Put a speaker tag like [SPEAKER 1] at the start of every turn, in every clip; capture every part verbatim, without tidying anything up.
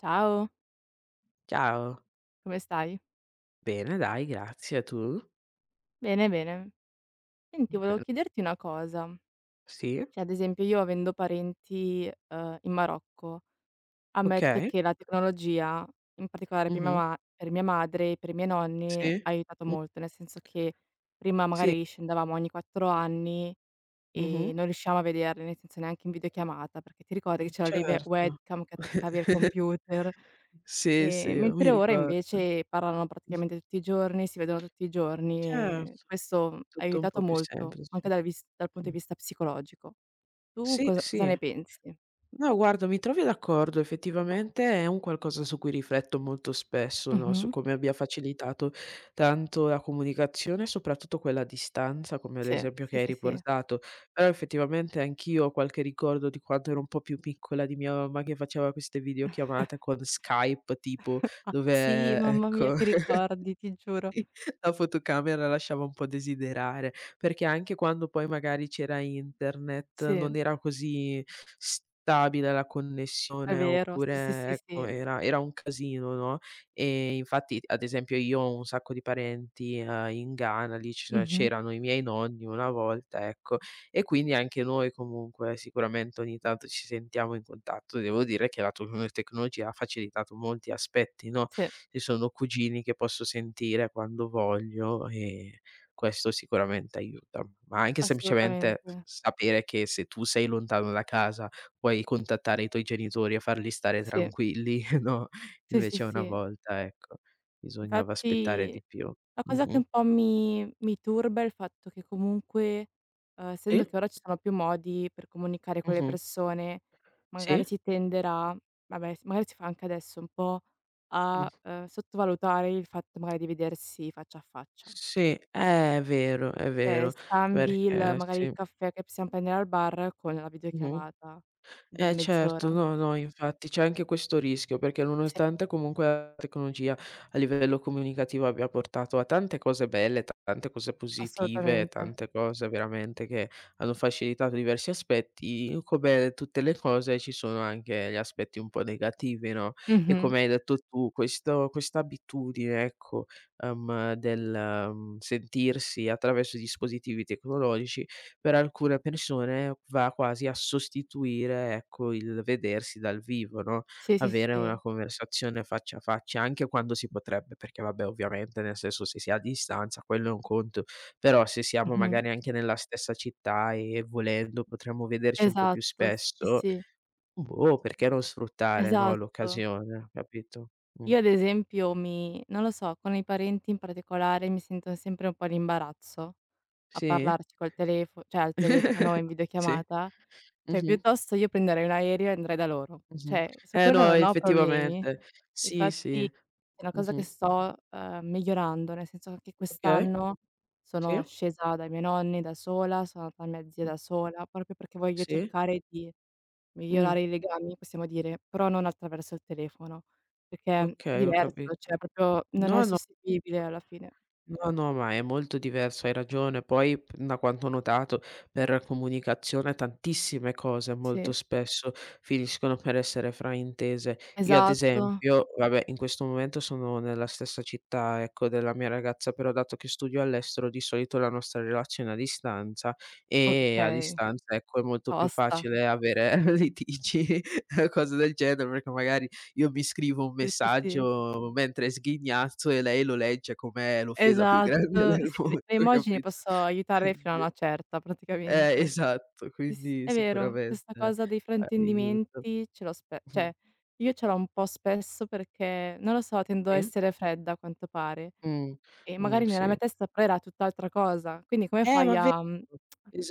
[SPEAKER 1] Ciao,
[SPEAKER 2] Ciao.
[SPEAKER 1] come stai?
[SPEAKER 2] Bene dai, grazie. Tu?
[SPEAKER 1] Bene, bene. Senti, volevo
[SPEAKER 2] Ehm,
[SPEAKER 1] chiederti una cosa.
[SPEAKER 2] sì,
[SPEAKER 1] Cioè, ad esempio, io avendo parenti, ehm, in Marocco, ammetto
[SPEAKER 2] okay.
[SPEAKER 1] che la tecnologia, in particolare per mia
[SPEAKER 2] Mh-mh.
[SPEAKER 1] ma per mia madre e per i miei nonni,
[SPEAKER 2] Sì.
[SPEAKER 1] ha aiutato
[SPEAKER 2] Mh.
[SPEAKER 1] molto, nel senso che prima
[SPEAKER 2] Sì.
[SPEAKER 1] magari scendevamo ogni quattro anni e
[SPEAKER 2] Mh-mh.
[SPEAKER 1] non riuscivamo a vederli, nel senso neanche in videochiamata, perché ti ricordi che c'erano le ve
[SPEAKER 2] Certo.
[SPEAKER 1] webcam che attaccavi al computer?
[SPEAKER 2] Sì, sì,
[SPEAKER 1] Ehm,
[SPEAKER 2] mi
[SPEAKER 1] mentre ora
[SPEAKER 2] ricordo.
[SPEAKER 1] invece parlano praticamente tutti i giorni, si vedono tutti i giorni e
[SPEAKER 2] Certo,
[SPEAKER 1] questo ha
[SPEAKER 2] tutto un
[SPEAKER 1] aiutato
[SPEAKER 2] po' più
[SPEAKER 1] molto,
[SPEAKER 2] semplice.
[SPEAKER 1] anche dal vis dal punto
[SPEAKER 2] Mh.
[SPEAKER 1] di vista psicologico. Tu
[SPEAKER 2] Sì,
[SPEAKER 1] cosa cosa
[SPEAKER 2] sì.
[SPEAKER 1] ne pensi?
[SPEAKER 2] No, guarda, mi trovi d'accordo. Effettivamente è un qualcosa su cui rifletto molto spesso, no, su
[SPEAKER 1] Mh-mh.
[SPEAKER 2] come abbia facilitato tanto la comunicazione, soprattutto quella a distanza, come
[SPEAKER 1] Sì,
[SPEAKER 2] l'esempio che
[SPEAKER 1] sì,
[SPEAKER 2] hai
[SPEAKER 1] sì, sì.
[SPEAKER 2] riportato. Però effettivamente anch'io ho qualche ricordo di quando ero un po' più piccola, di mia mamma che faceva queste videochiamate con Skype tipo,
[SPEAKER 1] Ah, sì,
[SPEAKER 2] dove
[SPEAKER 1] mamma mia
[SPEAKER 2] ecco
[SPEAKER 1] che ricordi, ti giuro.
[SPEAKER 2] sì, la fotocamera lasciava un po' desiderare, perché anche quando poi magari c'era internet, non
[SPEAKER 1] Sì,
[SPEAKER 2] era così stabile la
[SPEAKER 1] è
[SPEAKER 2] connessione,
[SPEAKER 1] vero, sì, sì,
[SPEAKER 2] oppure
[SPEAKER 1] sì,
[SPEAKER 2] ecco
[SPEAKER 1] sì.
[SPEAKER 2] era era un casino, no, e infatti ad esempio io ho un sacco di parenti, ehm, in Ghana, lì ci so
[SPEAKER 1] Mh-mh.
[SPEAKER 2] c'erano i miei nonni una volta, ecco, e quindi anche noi comunque sicuramente ogni tanto ci sentiamo in contatto. Devo dire che la tocno tecnologia ha facilitato molti aspetti, no,
[SPEAKER 1] Sì,
[SPEAKER 2] ci sono cugini che posso sentire quando voglio e questo sicuramente aiuta. Ma anche semplicemente
[SPEAKER 1] assolutamente.
[SPEAKER 2] s sapere che se tu sei lontano da casa puoi contattare i tuoi genitori e farli stare
[SPEAKER 1] Sì,
[SPEAKER 2] tranquilli, no,
[SPEAKER 1] sì, sì,
[SPEAKER 2] invece una
[SPEAKER 1] sì.
[SPEAKER 2] volta, ecco, bisognava aspettare
[SPEAKER 1] Infatti
[SPEAKER 2] di più.
[SPEAKER 1] la cosa che
[SPEAKER 2] Mh-mh.
[SPEAKER 1] un po' mi mi turba è il fatto che comunque, uhm, essendo
[SPEAKER 2] Sì.
[SPEAKER 1] che ora ci sono più modi per comunicare con le
[SPEAKER 2] Mh-mh.
[SPEAKER 1] persone, magari
[SPEAKER 2] Sì.
[SPEAKER 1] si tenderà, vabbè, s magari si fa anche adesso un po'
[SPEAKER 2] Mh.
[SPEAKER 1] a, uhm, sottovalutare il fatto magari di vedersi faccia a faccia.
[SPEAKER 2] Sì, eh, è vero, è
[SPEAKER 1] Cioè
[SPEAKER 2] vero,
[SPEAKER 1] scambi il
[SPEAKER 2] perché
[SPEAKER 1] magari il
[SPEAKER 2] sì.
[SPEAKER 1] caffè che possiam prendere al bar con la
[SPEAKER 2] Mh-mh.
[SPEAKER 1] videochiamata di
[SPEAKER 2] Eh certo,
[SPEAKER 1] mezz'ora.
[SPEAKER 2] no, no, infatti c'è anche questo rischio, perché
[SPEAKER 1] Sì,
[SPEAKER 2] nonostante comunque la tecnologia a livello comunicativo abbia portato a tante cose belle, ta- tante cose positive,
[SPEAKER 1] assolutamente.
[SPEAKER 2] tante cose veramente che hanno facilitato diversi aspetti, come tutte le cose ci sono anche gli aspetti un po' negativi, no, e
[SPEAKER 1] Mh-mh.
[SPEAKER 2] come hai detto tu questo questa abitudine ecco, ehm, del, mhmm, sentirsi attraverso i dispositivi tecnologici per alcune persone va quasi a sostituire, ecco, il vedersi dal vivo, no,
[SPEAKER 1] Sì, sì,
[SPEAKER 2] avere una
[SPEAKER 1] sì.
[SPEAKER 2] conversazione faccia a faccia, anche quando si potrebbe, perché vabbè ovviamente nel senso se si è a distanza quello è un conto, però se siamo
[SPEAKER 1] Mh-mh.
[SPEAKER 2] magari anche nella stessa città e volendo potremmo vederci un po' più
[SPEAKER 1] Esatto, sì, sì,
[SPEAKER 2] spesso,
[SPEAKER 1] sì.
[SPEAKER 2] boh, perché non sfruttare, no,
[SPEAKER 1] Esatto.
[SPEAKER 2] l'occasione, capito? Mh.
[SPEAKER 1] Io ad esempio mi non lo so, con i parenti in particolare mi sento sempre un po' in imbarazzo, a
[SPEAKER 2] Sì?
[SPEAKER 1] parlarci col telefo cioè al telefono in
[SPEAKER 2] Sì.
[SPEAKER 1] videochiamata, cioè
[SPEAKER 2] Mh-mh,
[SPEAKER 1] piuttosto io prenderei un aereo e andrei da loro.
[SPEAKER 2] mh-mh.
[SPEAKER 1] Cioè, su
[SPEAKER 2] Eh
[SPEAKER 1] quello
[SPEAKER 2] no,
[SPEAKER 1] non ho problemi.
[SPEAKER 2] effettivamente. Sì,
[SPEAKER 1] Infatti
[SPEAKER 2] sì.
[SPEAKER 1] è una cosa che
[SPEAKER 2] Mh-mh.
[SPEAKER 1] sto, ehm, migliorando, nel senso che
[SPEAKER 2] Okay,
[SPEAKER 1] quest'anno
[SPEAKER 2] sì,
[SPEAKER 1] sono scesa dai miei nonni da sola, sono andata da mia zia
[SPEAKER 2] mh.
[SPEAKER 1] da sola, proprio perché voglio
[SPEAKER 2] Sì.
[SPEAKER 1] cercare di
[SPEAKER 2] Mh.
[SPEAKER 1] migliorare i legami, possiamo dire, però non attraverso il telefono, perché è
[SPEAKER 2] Okay, ho
[SPEAKER 1] diverso,
[SPEAKER 2] capito.
[SPEAKER 1] cioè proprio non è
[SPEAKER 2] No,
[SPEAKER 1] sostituibile alla fine.
[SPEAKER 2] no, no, ma è molto diverso, hai ragione. Poi, p da quanto ho notato, per comunicazione tantissime cose molto
[SPEAKER 1] Sì,
[SPEAKER 2] spesso finiscono per essere fraintese. Io ad
[SPEAKER 1] esatto.
[SPEAKER 2] esempio vabbè, in questo momento sono nella stessa città, ecco, della mia ragazza, però dato che studio all'estero di solito la nostra relazione è a distanza e a
[SPEAKER 1] Okay,
[SPEAKER 2] distanza, ecco, è molto più
[SPEAKER 1] tosta.
[SPEAKER 2] facile avere litigi, cose del genere, perché magari io mi scrivo un
[SPEAKER 1] Sì, sì, sì.
[SPEAKER 2] messaggio mentre sghignazzo e lei lo legge com'è l'offesa più
[SPEAKER 1] Esatto.
[SPEAKER 2] grande del
[SPEAKER 1] Sì, le
[SPEAKER 2] mondo,
[SPEAKER 1] le immagini
[SPEAKER 2] capito?
[SPEAKER 1] posso aiutare fino a
[SPEAKER 2] Quindi
[SPEAKER 1] una certa
[SPEAKER 2] eh,
[SPEAKER 1] praticamente.
[SPEAKER 2] esatto,
[SPEAKER 1] Sì, sì, sì,
[SPEAKER 2] quindi
[SPEAKER 1] è vero,
[SPEAKER 2] sicuramente
[SPEAKER 1] questa cosa dei
[SPEAKER 2] eh, aiuta.
[SPEAKER 1] fraintendimenti ce l'ho spe
[SPEAKER 2] Mh,
[SPEAKER 1] cioè io ce l'ho un po' spesso perché, non lo so, tendo a
[SPEAKER 2] sì?
[SPEAKER 1] essere fredda a quanto pare
[SPEAKER 2] Mh,
[SPEAKER 1] e
[SPEAKER 2] mh,
[SPEAKER 1] magari nella
[SPEAKER 2] sì.
[SPEAKER 1] mia testa però era tutt'altra cosa. Quindi come
[SPEAKER 2] Eh,
[SPEAKER 1] fai
[SPEAKER 2] ma vero.
[SPEAKER 1] a mhmm,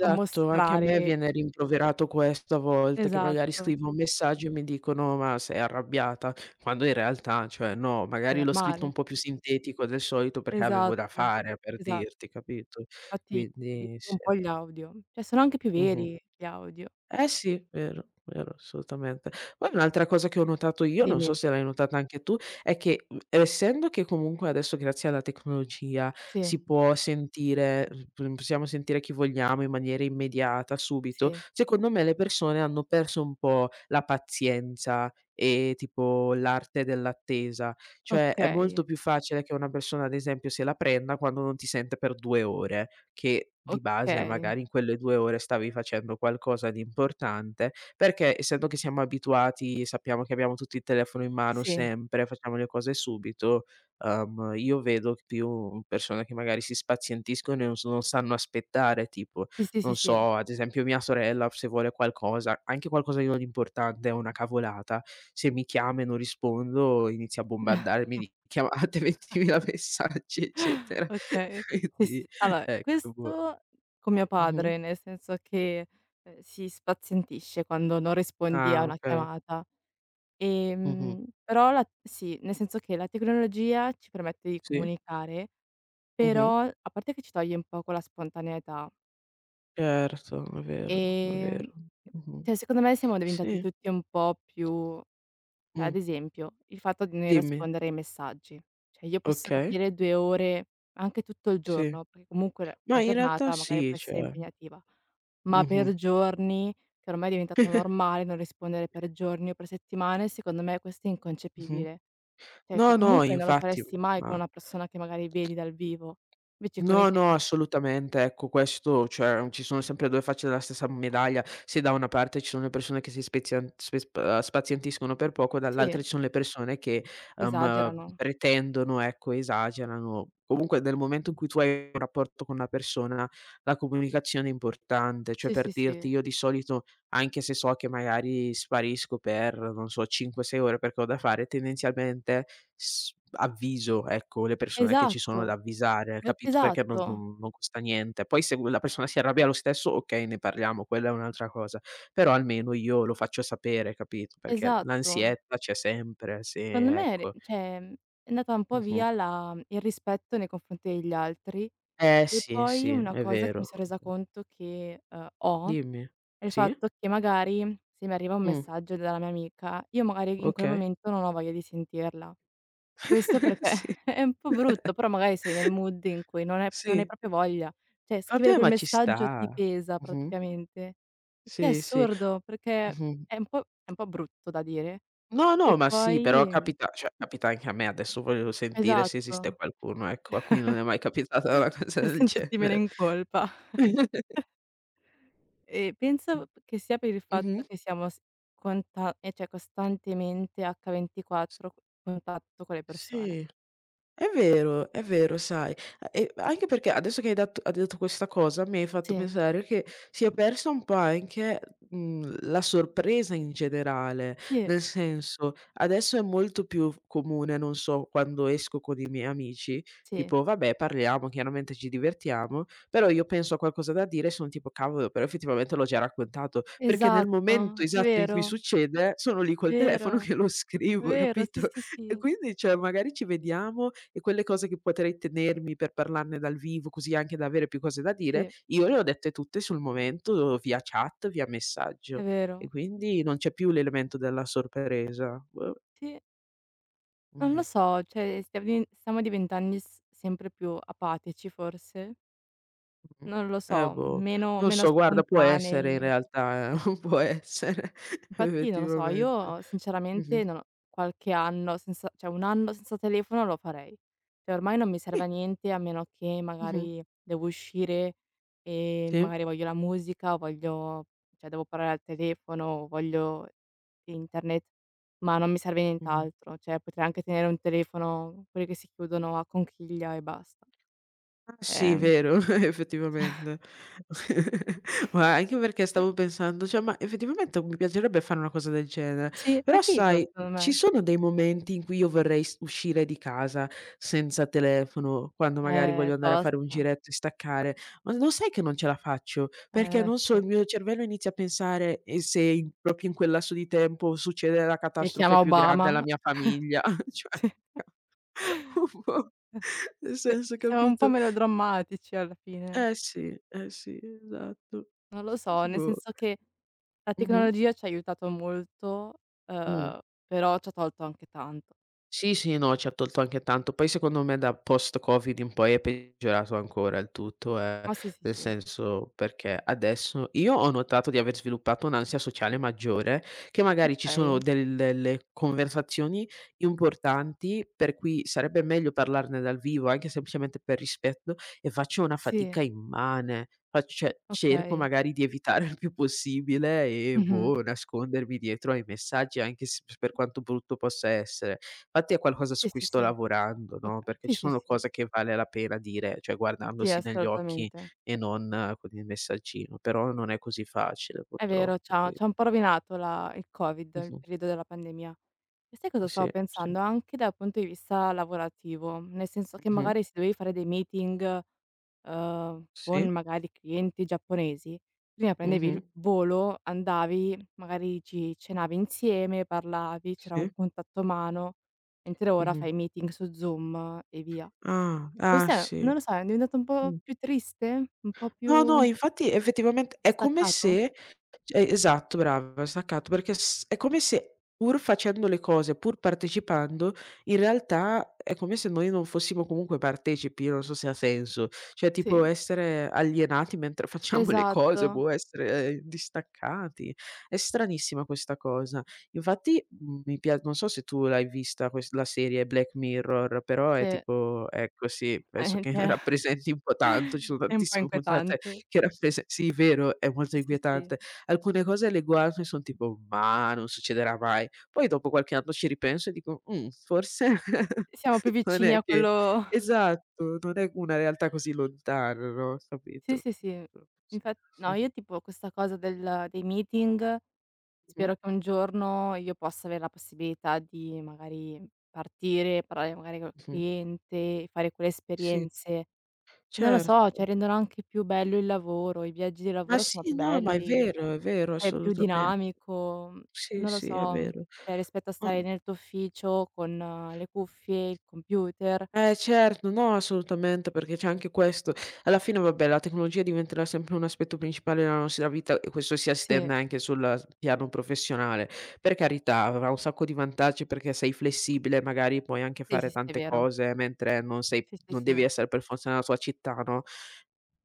[SPEAKER 1] a
[SPEAKER 2] anche a me
[SPEAKER 1] mostrare,
[SPEAKER 2] viene rimproverato questo a volte, che magari
[SPEAKER 1] esatto,
[SPEAKER 2] scrivo un messaggio e mi dicono: "Ma sei arrabbiata?" Quando in realtà, cioè no,
[SPEAKER 1] è
[SPEAKER 2] magari l'ho scritto un
[SPEAKER 1] normale.
[SPEAKER 2] po' più sintetico del solito perché avevo da
[SPEAKER 1] Esatto,
[SPEAKER 2] fare, per
[SPEAKER 1] esa
[SPEAKER 2] dirti, capito?
[SPEAKER 1] Infatti
[SPEAKER 2] Quindi
[SPEAKER 1] prediligo
[SPEAKER 2] sì.
[SPEAKER 1] un po' gli audio, cioè sono anche più
[SPEAKER 2] Mh-mh.
[SPEAKER 1] veri gli audio.
[SPEAKER 2] Eh sì, vero, vero, assolutamente. Poi un'altra cosa che ho notato io, non so
[SPEAKER 1] Dimmi.
[SPEAKER 2] se l'hai notata anche tu, è che, mhmm, essendo che comunque adesso grazie alla tecnologia
[SPEAKER 1] Sì,
[SPEAKER 2] si può sentire p possiamo sentire chi vogliamo in maniera immediata, subito,
[SPEAKER 1] sì,
[SPEAKER 2] secondo me le persone hanno perso un po' la pazienza e tipo l'arte dell'attesa. Cioè, è molto
[SPEAKER 1] okay,
[SPEAKER 2] più facile che una persona, ad esempio, se la prenda quando non ti sente per due ore che di base
[SPEAKER 1] okay.
[SPEAKER 2] magari in quelle due ore stavi facendo qualcosa di importante, perché essendo che siamo abituati, sappiamo che abbiamo tutti il telefono in mano
[SPEAKER 1] Sì,
[SPEAKER 2] sempre, facciamo le cose subito, uhm, io vedo più persone che magari si spazientiscono e non s non sanno aspettare, tipo,
[SPEAKER 1] sì, sì,
[SPEAKER 2] non
[SPEAKER 1] sì, sì.
[SPEAKER 2] so, ad esempio mia sorella se vuole qualcosa, anche qualcosa di non importante, una cavolata, se mi chiama e non rispondo inizia a bombardarmi di chiamate, ventimila messaggi, eccetera.
[SPEAKER 1] Okay, sì,
[SPEAKER 2] Quindi
[SPEAKER 1] sì. Allora,
[SPEAKER 2] ecco, boh.
[SPEAKER 1] questo con mio
[SPEAKER 2] Mh-mh.
[SPEAKER 1] padre, nel senso che, ehm, si spazientisce quando non rispondi a
[SPEAKER 2] Ah,
[SPEAKER 1] una
[SPEAKER 2] okay.
[SPEAKER 1] chiamata.
[SPEAKER 2] Mh-mh.
[SPEAKER 1] Ehm, però la sì, nel senso che la tecnologia ci permette di
[SPEAKER 2] Sì.
[SPEAKER 1] comunicare,
[SPEAKER 2] Mh-mh.
[SPEAKER 1] però a parte che ci toglie un po' quella spontaneità.
[SPEAKER 2] Certo, è vero, è
[SPEAKER 1] Ehm,
[SPEAKER 2] vero. Mh-mh.
[SPEAKER 1] cioè secondo me siamo diventati
[SPEAKER 2] Sì.
[SPEAKER 1] tutti un po' più, cioè ad
[SPEAKER 2] Mh.
[SPEAKER 1] esempio, il fatto di non
[SPEAKER 2] Dimmi.
[SPEAKER 1] rispondere ai messaggi. Cioè io posso
[SPEAKER 2] Okay,
[SPEAKER 1] capire due ore, anche tutto il
[SPEAKER 2] sì.
[SPEAKER 1] giorno, perché comunque la la
[SPEAKER 2] Ma in realtà
[SPEAKER 1] giornata magari
[SPEAKER 2] sì,
[SPEAKER 1] può essere
[SPEAKER 2] cioè
[SPEAKER 1] impegnativa, ma
[SPEAKER 2] mh-mh.
[SPEAKER 1] per giorni, che ormai è diventato normale non rispondere per giorni o per settimane, secondo me questo è
[SPEAKER 2] Mh-mh.
[SPEAKER 1] inconcepibile. Cioè che
[SPEAKER 2] No, no,
[SPEAKER 1] comunque non lo
[SPEAKER 2] infatti,
[SPEAKER 1] faresti mai con
[SPEAKER 2] ma
[SPEAKER 1] una persona che magari vedi dal vivo. Invece con i
[SPEAKER 2] no,
[SPEAKER 1] te
[SPEAKER 2] no,
[SPEAKER 1] a
[SPEAKER 2] assolutamente. Ecco, questo cioè, ci sono sempre due facce della stessa medaglia. Se da una parte ci sono le persone che si spezian spe sp eh, spazientiscono per poco,
[SPEAKER 1] sì,
[SPEAKER 2] dall'altra ci sono le persone che, ehm,
[SPEAKER 1] esagerano.
[SPEAKER 2] pretendono, ecco, esagerano. Comunque nel momento in cui tu hai un rapporto con una persona, la comunicazione è importante. Cioè,
[SPEAKER 1] Sì,
[SPEAKER 2] per
[SPEAKER 1] sì,
[SPEAKER 2] dirti,
[SPEAKER 1] sì.
[SPEAKER 2] io di solito anche se so che magari sparisco per, non so, cinque, sei ore perché ho da fare, tendenzialmente s avviso, ecco, le persone che ci sono da
[SPEAKER 1] Esatto.
[SPEAKER 2] avvisare,
[SPEAKER 1] E
[SPEAKER 2] capito, perché non
[SPEAKER 1] esatto,
[SPEAKER 2] non non costa niente. Poi se quella persona si arrabbia lo stesso, okay, ne parliamo, quella è un'altra cosa, però almeno io lo faccio sapere, capito, perché
[SPEAKER 1] esatto.
[SPEAKER 2] l'ansietta c'è sempre, sì,
[SPEAKER 1] Secondo me re
[SPEAKER 2] ecco.
[SPEAKER 1] cioè, mhmm, è andata un po'
[SPEAKER 2] Mh-mh.
[SPEAKER 1] via la il rispetto nei confronti degli altri.
[SPEAKER 2] Eh
[SPEAKER 1] E
[SPEAKER 2] sì,
[SPEAKER 1] poi
[SPEAKER 2] sì,
[SPEAKER 1] una
[SPEAKER 2] è
[SPEAKER 1] cosa che mi
[SPEAKER 2] vero.
[SPEAKER 1] son resa conto che, uhm, ho,
[SPEAKER 2] Dimmi.
[SPEAKER 1] è il
[SPEAKER 2] Sì?
[SPEAKER 1] fatto che magari se mi arriva un
[SPEAKER 2] Mh,
[SPEAKER 1] messaggio dalla mia amica, io magari in quel
[SPEAKER 2] okay.
[SPEAKER 1] momento non ho voglia di sentirla. Questo perché
[SPEAKER 2] Sì.
[SPEAKER 1] è un po' brutto, però magari sei nel mood in cui non è non hai
[SPEAKER 2] Sì.
[SPEAKER 1] proprio voglia. Cioè, scrivere
[SPEAKER 2] Vabbè,
[SPEAKER 1] quel
[SPEAKER 2] ma ci
[SPEAKER 1] messaggio
[SPEAKER 2] sta.
[SPEAKER 1] ti pesa
[SPEAKER 2] Mh-mh.
[SPEAKER 1] praticamente. Il che è
[SPEAKER 2] Sì, sì.
[SPEAKER 1] assurdo, perché
[SPEAKER 2] Mh-mh.
[SPEAKER 1] è un po' è un po' brutto da dire.
[SPEAKER 2] No,
[SPEAKER 1] E
[SPEAKER 2] no, ma sì, però
[SPEAKER 1] poi
[SPEAKER 2] capita cioè capita anche a me, adesso volevo sentire se esiste
[SPEAKER 1] esatto,
[SPEAKER 2] qualcuno, ecco, a cui non è mai capitata una cosa
[SPEAKER 1] per
[SPEAKER 2] del
[SPEAKER 1] sentirti meno
[SPEAKER 2] genere.
[SPEAKER 1] in colpa. E penso che sia per il
[SPEAKER 2] Mh-mh.
[SPEAKER 1] fatto che siamo s conta ehm, cioè costantemente
[SPEAKER 2] S
[SPEAKER 1] acca ventiquattro contatto con le persone.
[SPEAKER 2] Sì. È vero, è vero sai, a e anche perché adesso che hai dat hai detto questa cosa, mi hai fatto
[SPEAKER 1] Sì,
[SPEAKER 2] pensare che si è persa un po' anche, mhmm, la sorpresa in generale,
[SPEAKER 1] sì,
[SPEAKER 2] nel senso, adesso è molto più f comune, non so, quando esco con i miei amici,
[SPEAKER 1] sì.
[SPEAKER 2] tipo: "Vabbè parliamo, chiaramente ci divertiamo", però io penso a qualcosa da dire e son tipo: "Cavolo, però effettivamente l'ho già raccontato", perché nel momento
[SPEAKER 1] Esatto, è
[SPEAKER 2] esatto in cui
[SPEAKER 1] vero,
[SPEAKER 2] succede sono lì col telefono
[SPEAKER 1] vero.
[SPEAKER 2] che lo scrivo,
[SPEAKER 1] Vero, sì,
[SPEAKER 2] capito?
[SPEAKER 1] sì,
[SPEAKER 2] E
[SPEAKER 1] sì.
[SPEAKER 2] quindi, cioè, magari ci vediamo e quelle cose che potrei tenermi per parlarne dal vivo, così anche da avere più cose da dire,
[SPEAKER 1] Sì,
[SPEAKER 2] io le ho dette tutte sul momento via chat, via
[SPEAKER 1] è
[SPEAKER 2] messaggio e
[SPEAKER 1] vero.
[SPEAKER 2] quindi non c'è più l'elemento della sorpresa. Boh.
[SPEAKER 1] Sì, non lo
[SPEAKER 2] Mh-mh,
[SPEAKER 1] so, cioè stia divien stiamo diventando s sempre più apatici forse?
[SPEAKER 2] mh.
[SPEAKER 1] Non lo
[SPEAKER 2] Eh,
[SPEAKER 1] so,
[SPEAKER 2] boh,
[SPEAKER 1] meno
[SPEAKER 2] non
[SPEAKER 1] meno
[SPEAKER 2] so, guarda, può essere in
[SPEAKER 1] spontanei.
[SPEAKER 2] realtà, eh, può essere
[SPEAKER 1] Infatti non lo so,
[SPEAKER 2] effettivamente.
[SPEAKER 1] io sinceramente
[SPEAKER 2] Mh-mh.
[SPEAKER 1] non ho qualche anno senza, cioè un anno senza telefono lo farei. Cioè ormai non mi
[SPEAKER 2] Sì,
[SPEAKER 1] serve a niente, a meno che
[SPEAKER 2] mh-mh.
[SPEAKER 1] magari devo uscire e
[SPEAKER 2] Sì.
[SPEAKER 1] magari voglio la musica, voglio, cioè devo parlare al telefono, voglio internet, ma non mi serve
[SPEAKER 2] Mh-mh.
[SPEAKER 1] nient'altro. Cioè potrei anche tenere un telefono, quelli che si chiudono a conchiglia e basta.
[SPEAKER 2] Ah sì,
[SPEAKER 1] Ehm,
[SPEAKER 2] vero, effettivamente. Ma anche perché stavo pensando, cioè, ma effettivamente mi piacerebbe fare una cosa del genere,
[SPEAKER 1] sì,
[SPEAKER 2] però
[SPEAKER 1] è figo
[SPEAKER 2] sai,
[SPEAKER 1] secondo
[SPEAKER 2] ci
[SPEAKER 1] me.
[SPEAKER 2] sono dei momenti in cui io vorrei s uscire di casa senza telefono, quando magari
[SPEAKER 1] È
[SPEAKER 2] voglio andare a fare un
[SPEAKER 1] tosta.
[SPEAKER 2] giretto e staccare, ma lo sai che non ce la faccio, perché
[SPEAKER 1] Eh
[SPEAKER 2] non so, il
[SPEAKER 1] sì.
[SPEAKER 2] mio cervello inizia a pensare: "E se in proprio in quel lasso di tempo succede la
[SPEAKER 1] Mi
[SPEAKER 2] catastrofe
[SPEAKER 1] chiama
[SPEAKER 2] più grande
[SPEAKER 1] Obama.
[SPEAKER 2] alla mia famiglia?" Cioè,
[SPEAKER 1] Sì.
[SPEAKER 2] un po' nel
[SPEAKER 1] Cioè,
[SPEAKER 2] senso,
[SPEAKER 1] siamo un po'
[SPEAKER 2] capito?
[SPEAKER 1] melodrammatici alla fine.
[SPEAKER 2] Eh sì, eh sì, esatto.
[SPEAKER 1] Non lo so, nel
[SPEAKER 2] Boh.
[SPEAKER 1] senso che la
[SPEAKER 2] Mh-mh.
[SPEAKER 1] tecnologia ci ha aiutato molto,
[SPEAKER 2] Mh.
[SPEAKER 1] uhm, però ci ha tolto anche tanto.
[SPEAKER 2] Sì, sì, no, ci ha tolto anche tanto. Poi secondo me da post Covid in poi è peggiorato ancora il tutto, ehm,
[SPEAKER 1] Ma sì, sì,
[SPEAKER 2] nel
[SPEAKER 1] sì.
[SPEAKER 2] senso perché adesso io ho notato di aver sviluppato un'ansia sociale maggiore, che magari ci sono
[SPEAKER 1] Okay.
[SPEAKER 2] del delle conversazioni importanti per cui sarebbe meglio parlarne dal vivo, anche semplicemente per rispetto, e faccio una
[SPEAKER 1] Sì,
[SPEAKER 2] fatica immane. Fac Cioè cerco
[SPEAKER 1] okay.
[SPEAKER 2] magari di evitare il più possibile e
[SPEAKER 1] Mh-mh.
[SPEAKER 2] boh, nascondermi dietro ai messaggi anche s per quanto brutto possa essere. Fatti è qualcosa su
[SPEAKER 1] Sì,
[SPEAKER 2] cui
[SPEAKER 1] sì,
[SPEAKER 2] sto
[SPEAKER 1] sì.
[SPEAKER 2] lavorando, no,
[SPEAKER 1] Oka
[SPEAKER 2] perché
[SPEAKER 1] sì,
[SPEAKER 2] ci
[SPEAKER 1] sì,
[SPEAKER 2] sono
[SPEAKER 1] sì.
[SPEAKER 2] cose che vale la pena dire, cioè
[SPEAKER 1] Sì,
[SPEAKER 2] guardandosi negli occhi
[SPEAKER 1] assolutamente.
[SPEAKER 2] e non eh, con il messaggino, però non è così facile
[SPEAKER 1] È vero,
[SPEAKER 2] purtroppo
[SPEAKER 1] c'ha
[SPEAKER 2] qui
[SPEAKER 1] c'ha un po' rovinato la il Covid, il
[SPEAKER 2] mh-mh,
[SPEAKER 1] periodo della pandemia. E sai cosa stavo
[SPEAKER 2] sì, sì.
[SPEAKER 1] pensando? Anche dal punto di vista lavorativo, nel senso che
[SPEAKER 2] Mh-mh,
[SPEAKER 1] magari se dovevi fare dei meeting, uhm, con
[SPEAKER 2] sì,
[SPEAKER 1] magari clienti giapponesi, prima prendevi
[SPEAKER 2] mh-mh,
[SPEAKER 1] il volo, andavi, magari ci cenavi insieme, parlavi, c'era un
[SPEAKER 2] sì,
[SPEAKER 1] contatto umano, mentre ora
[SPEAKER 2] mh-mh.
[SPEAKER 1] fai meeting su Zoom e via.
[SPEAKER 2] Ah, ah
[SPEAKER 1] Questo è, non
[SPEAKER 2] sì,
[SPEAKER 1] lo so, è diventato un po'
[SPEAKER 2] mh.
[SPEAKER 1] più triste? Un po'
[SPEAKER 2] No, no,
[SPEAKER 1] più
[SPEAKER 2] infatti effettivamente è come
[SPEAKER 1] distaccato?
[SPEAKER 2] se cioè esatto, brava, staccato, perché s è come se pur facendo le cose, pur partecipando, in realtà è come se noi non fossimo comunque partecipi, io non so se ha senso. Cioè tipo
[SPEAKER 1] Sì,
[SPEAKER 2] essere alienati mentre facciamo le cose,
[SPEAKER 1] esatto.
[SPEAKER 2] boh, essere, ehm, distaccati. È stranissima questa cosa. Infatti, mhmm, mi pia non so se tu l'hai vista ques la serie Black Mirror, però è
[SPEAKER 1] Sì,
[SPEAKER 2] tipo ecco sì, penso che
[SPEAKER 1] veramente
[SPEAKER 2] rappresenti un po' tanto, ci sono
[SPEAKER 1] è un po'
[SPEAKER 2] tantissime puntate
[SPEAKER 1] inquietante.
[SPEAKER 2] che rapprese sì, vero, è molto
[SPEAKER 1] Sì, sì, sì.
[SPEAKER 2] inquietante. Alcune cose le guardo e son tipo: "Ma non succederà mai". Poi dopo qualche anno ci ripenso e dico: "Mh, forse
[SPEAKER 1] Siamo più
[SPEAKER 2] non
[SPEAKER 1] vicini
[SPEAKER 2] è
[SPEAKER 1] a
[SPEAKER 2] che"
[SPEAKER 1] quello.
[SPEAKER 2] esatto, non è una realtà così lontana, no,
[SPEAKER 1] Sì,
[SPEAKER 2] capito?
[SPEAKER 1] sì, sì.
[SPEAKER 2] Sì.
[SPEAKER 1] Infat no,
[SPEAKER 2] Mh-mh,
[SPEAKER 1] io tipo questa cosa del dei meeting
[SPEAKER 2] mh-mh,
[SPEAKER 1] spero che un giorno io possa avere la possibilità di magari partire, parlare magari col
[SPEAKER 2] mh-mh.
[SPEAKER 1] cliente, fare quelle
[SPEAKER 2] Sì,
[SPEAKER 1] esperienze. Non lo so, cioè
[SPEAKER 2] certo.
[SPEAKER 1] rendono anche più bello il lavoro, i viaggi di
[SPEAKER 2] Ma
[SPEAKER 1] lavoro sono
[SPEAKER 2] sì,
[SPEAKER 1] più
[SPEAKER 2] no, ma è
[SPEAKER 1] belli.
[SPEAKER 2] vero, è vero,
[SPEAKER 1] È più
[SPEAKER 2] assolutamente.
[SPEAKER 1] dinamico, mhmm,
[SPEAKER 2] Sì,
[SPEAKER 1] non lo
[SPEAKER 2] sì, è
[SPEAKER 1] so,
[SPEAKER 2] vero.
[SPEAKER 1] cioè rispetto a
[SPEAKER 2] Ma
[SPEAKER 1] stare nel tuo ufficio con uhm, le cuffie, il computer.
[SPEAKER 2] Eh certo, no assolutamente, perché c'è anche questo. Alla fine vabbè la tecnologia diventerà sempre un aspetto principale della nostra vita e questo si estende
[SPEAKER 1] Sì.
[SPEAKER 2] anche sul s piano professionale. Per carità, avrà un sacco di vantaggi perché sei flessibile, magari puoi anche
[SPEAKER 1] Sì,
[SPEAKER 2] fare
[SPEAKER 1] sì, sì, è
[SPEAKER 2] tante
[SPEAKER 1] vero.
[SPEAKER 2] cose mentre non sei
[SPEAKER 1] Sì, sì,
[SPEAKER 2] non devi
[SPEAKER 1] sì.
[SPEAKER 2] essere per forza nella tua città, no,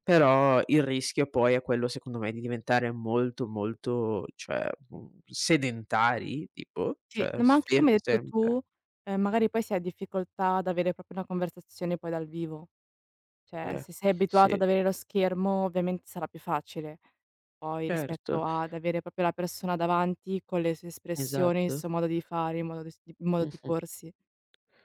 [SPEAKER 2] però il rischio poi è quello secondo me di diventare molto, molto cioè, mhmm, sedentari tipo,
[SPEAKER 1] Sì,
[SPEAKER 2] cioè
[SPEAKER 1] no, ma
[SPEAKER 2] s
[SPEAKER 1] anche
[SPEAKER 2] fermi
[SPEAKER 1] come hai detto
[SPEAKER 2] sempre.
[SPEAKER 1] tu, ehm,
[SPEAKER 2] Mh,
[SPEAKER 1] magari poi si ha difficoltà ad avere proprio una conversazione poi dal vivo. Cioè,
[SPEAKER 2] eh,
[SPEAKER 1] se sei abituato ad
[SPEAKER 2] sì,
[SPEAKER 1] avere lo schermo ovviamente sarà più facile, poi rispetto
[SPEAKER 2] certo.
[SPEAKER 1] ad avere proprio la persona davanti con le sue espressioni, il
[SPEAKER 2] Esatto.
[SPEAKER 1] suo modo di fare, il modo di s il modo di
[SPEAKER 2] Mh-mh.
[SPEAKER 1] porsi.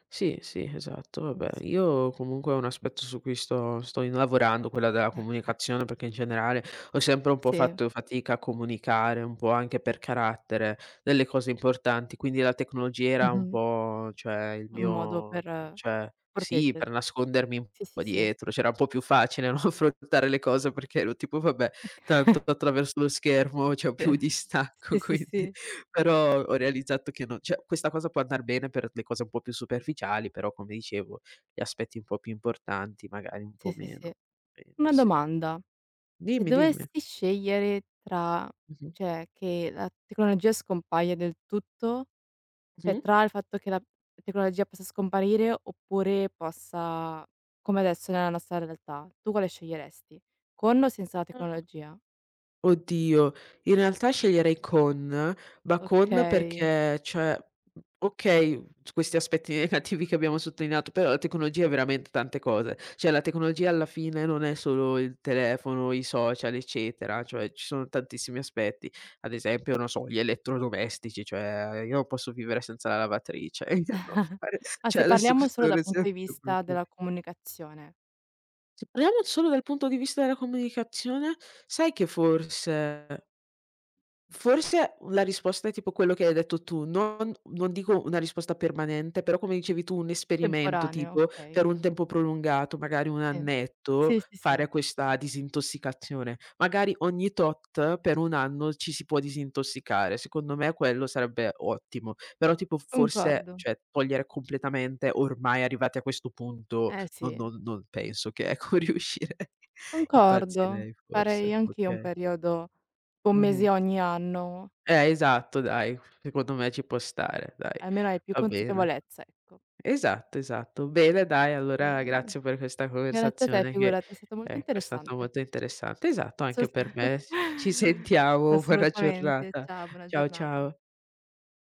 [SPEAKER 2] Sì, sì, esatto.
[SPEAKER 1] Non
[SPEAKER 2] Vabbè,
[SPEAKER 1] lo so.
[SPEAKER 2] io comunque è un aspetto su cui sto sto in lavorando, quella della comunicazione, perché in generale ho sempre un po'
[SPEAKER 1] Sì.
[SPEAKER 2] fatto fatica a comunicare, un po' anche per carattere, delle cose importanti, quindi la tecnologia era un
[SPEAKER 1] Mh-mh.
[SPEAKER 2] po' cioè il
[SPEAKER 1] Un modo
[SPEAKER 2] mio
[SPEAKER 1] per uhm,
[SPEAKER 2] cioè sì,
[SPEAKER 1] protegger
[SPEAKER 2] per nascondermi un
[SPEAKER 1] sì, sì,
[SPEAKER 2] po'
[SPEAKER 1] sì.
[SPEAKER 2] dietro, c'era un po' più facile, no, affrontare le cose perché ero tipo: "Vabbè, tanto attraverso lo schermo c'ho più
[SPEAKER 1] Sì.
[SPEAKER 2] distacco",
[SPEAKER 1] Sì, sì,
[SPEAKER 2] quindi
[SPEAKER 1] sì.
[SPEAKER 2] però ho realizzato che non cioè questa cosa può andar bene per le cose un po' più superficiali, però come dicevo, gli aspetti un po' più importanti magari un
[SPEAKER 1] Sì,
[SPEAKER 2] po'
[SPEAKER 1] sì,
[SPEAKER 2] meno.
[SPEAKER 1] sì.
[SPEAKER 2] Quindi
[SPEAKER 1] Una
[SPEAKER 2] sì.
[SPEAKER 1] domanda: se
[SPEAKER 2] Dimmi, dimmi.
[SPEAKER 1] dovessi scegliere tra,
[SPEAKER 2] Mh-mh.
[SPEAKER 1] cioè, che la tecnologia scompaia del tutto, cioè
[SPEAKER 2] Mh?
[SPEAKER 1] tra il fatto che la tecnologia possa scomparire oppure possa come adesso nella nostra realtà, tu quale sceglieresti? Con o senza la tecnologia?
[SPEAKER 2] Oddio, in realtà sceglierei Con, ma Con
[SPEAKER 1] Okay.
[SPEAKER 2] perché cioè, mhmm, okay, s questi aspetti negativi che abbiamo sottolineato, però la tecnologia è veramente tante cose. Cioè, la tecnologia alla fine non è solo il telefono, i social, eccetera, cioè ci sono tantissimi aspetti. Ad esempio, non so, gli elettrodomestici, cioè io non posso vivere senza la lavatrice, e io devo fare
[SPEAKER 1] Ah,
[SPEAKER 2] cioè
[SPEAKER 1] se
[SPEAKER 2] adesso
[SPEAKER 1] parliamo
[SPEAKER 2] questo
[SPEAKER 1] solo
[SPEAKER 2] è un
[SPEAKER 1] dal punto di
[SPEAKER 2] esempio
[SPEAKER 1] vista
[SPEAKER 2] proprio.
[SPEAKER 1] della comunicazione,
[SPEAKER 2] Se parliamo solo dal punto di vista della comunicazione, sai che forse Forse la risposta è tipo quello che hai detto tu, non non dico una risposta permanente, però come dicevi tu un esperimento
[SPEAKER 1] temporaneo,
[SPEAKER 2] tipo
[SPEAKER 1] okay.
[SPEAKER 2] per un tempo prolungato, magari un
[SPEAKER 1] Sì.
[SPEAKER 2] annetto,
[SPEAKER 1] Sì, sì,
[SPEAKER 2] fare
[SPEAKER 1] sì,
[SPEAKER 2] questa disintossicazione. Magari ogni tot per un anno ci si può disintossicare, secondo me quello sarebbe ottimo. Però tipo forse,
[SPEAKER 1] concordo.
[SPEAKER 2] cioè togliere completamente, ormai arrivati a questo punto,
[SPEAKER 1] Eh
[SPEAKER 2] non
[SPEAKER 1] sì,
[SPEAKER 2] non non penso che ecco riuscirei.
[SPEAKER 1] concordo.
[SPEAKER 2] Impazzirei forse,
[SPEAKER 1] Farei anch'io un
[SPEAKER 2] okay.
[SPEAKER 1] periodo tipo un
[SPEAKER 2] Mh-mh.
[SPEAKER 1] mese ogni anno,
[SPEAKER 2] Eh, esatto dai, secondo me ci può stare dai,
[SPEAKER 1] almeno hai più
[SPEAKER 2] va bene.
[SPEAKER 1] consapevolezza, ecco.
[SPEAKER 2] Esatto, esatto. Bene dai, allora
[SPEAKER 1] Ehm,
[SPEAKER 2] grazie per questa
[SPEAKER 1] grazie a te,
[SPEAKER 2] conversazione che
[SPEAKER 1] figurati, è stato molto
[SPEAKER 2] ecco, è stata
[SPEAKER 1] interessante.
[SPEAKER 2] molto interessante. Esatto, anche
[SPEAKER 1] Assolutame
[SPEAKER 2] per me. Ci sentiamo, buona
[SPEAKER 1] assolutamente.
[SPEAKER 2] giornata.
[SPEAKER 1] Ciao, buona
[SPEAKER 2] Ciao,
[SPEAKER 1] giornata.
[SPEAKER 2] ciao.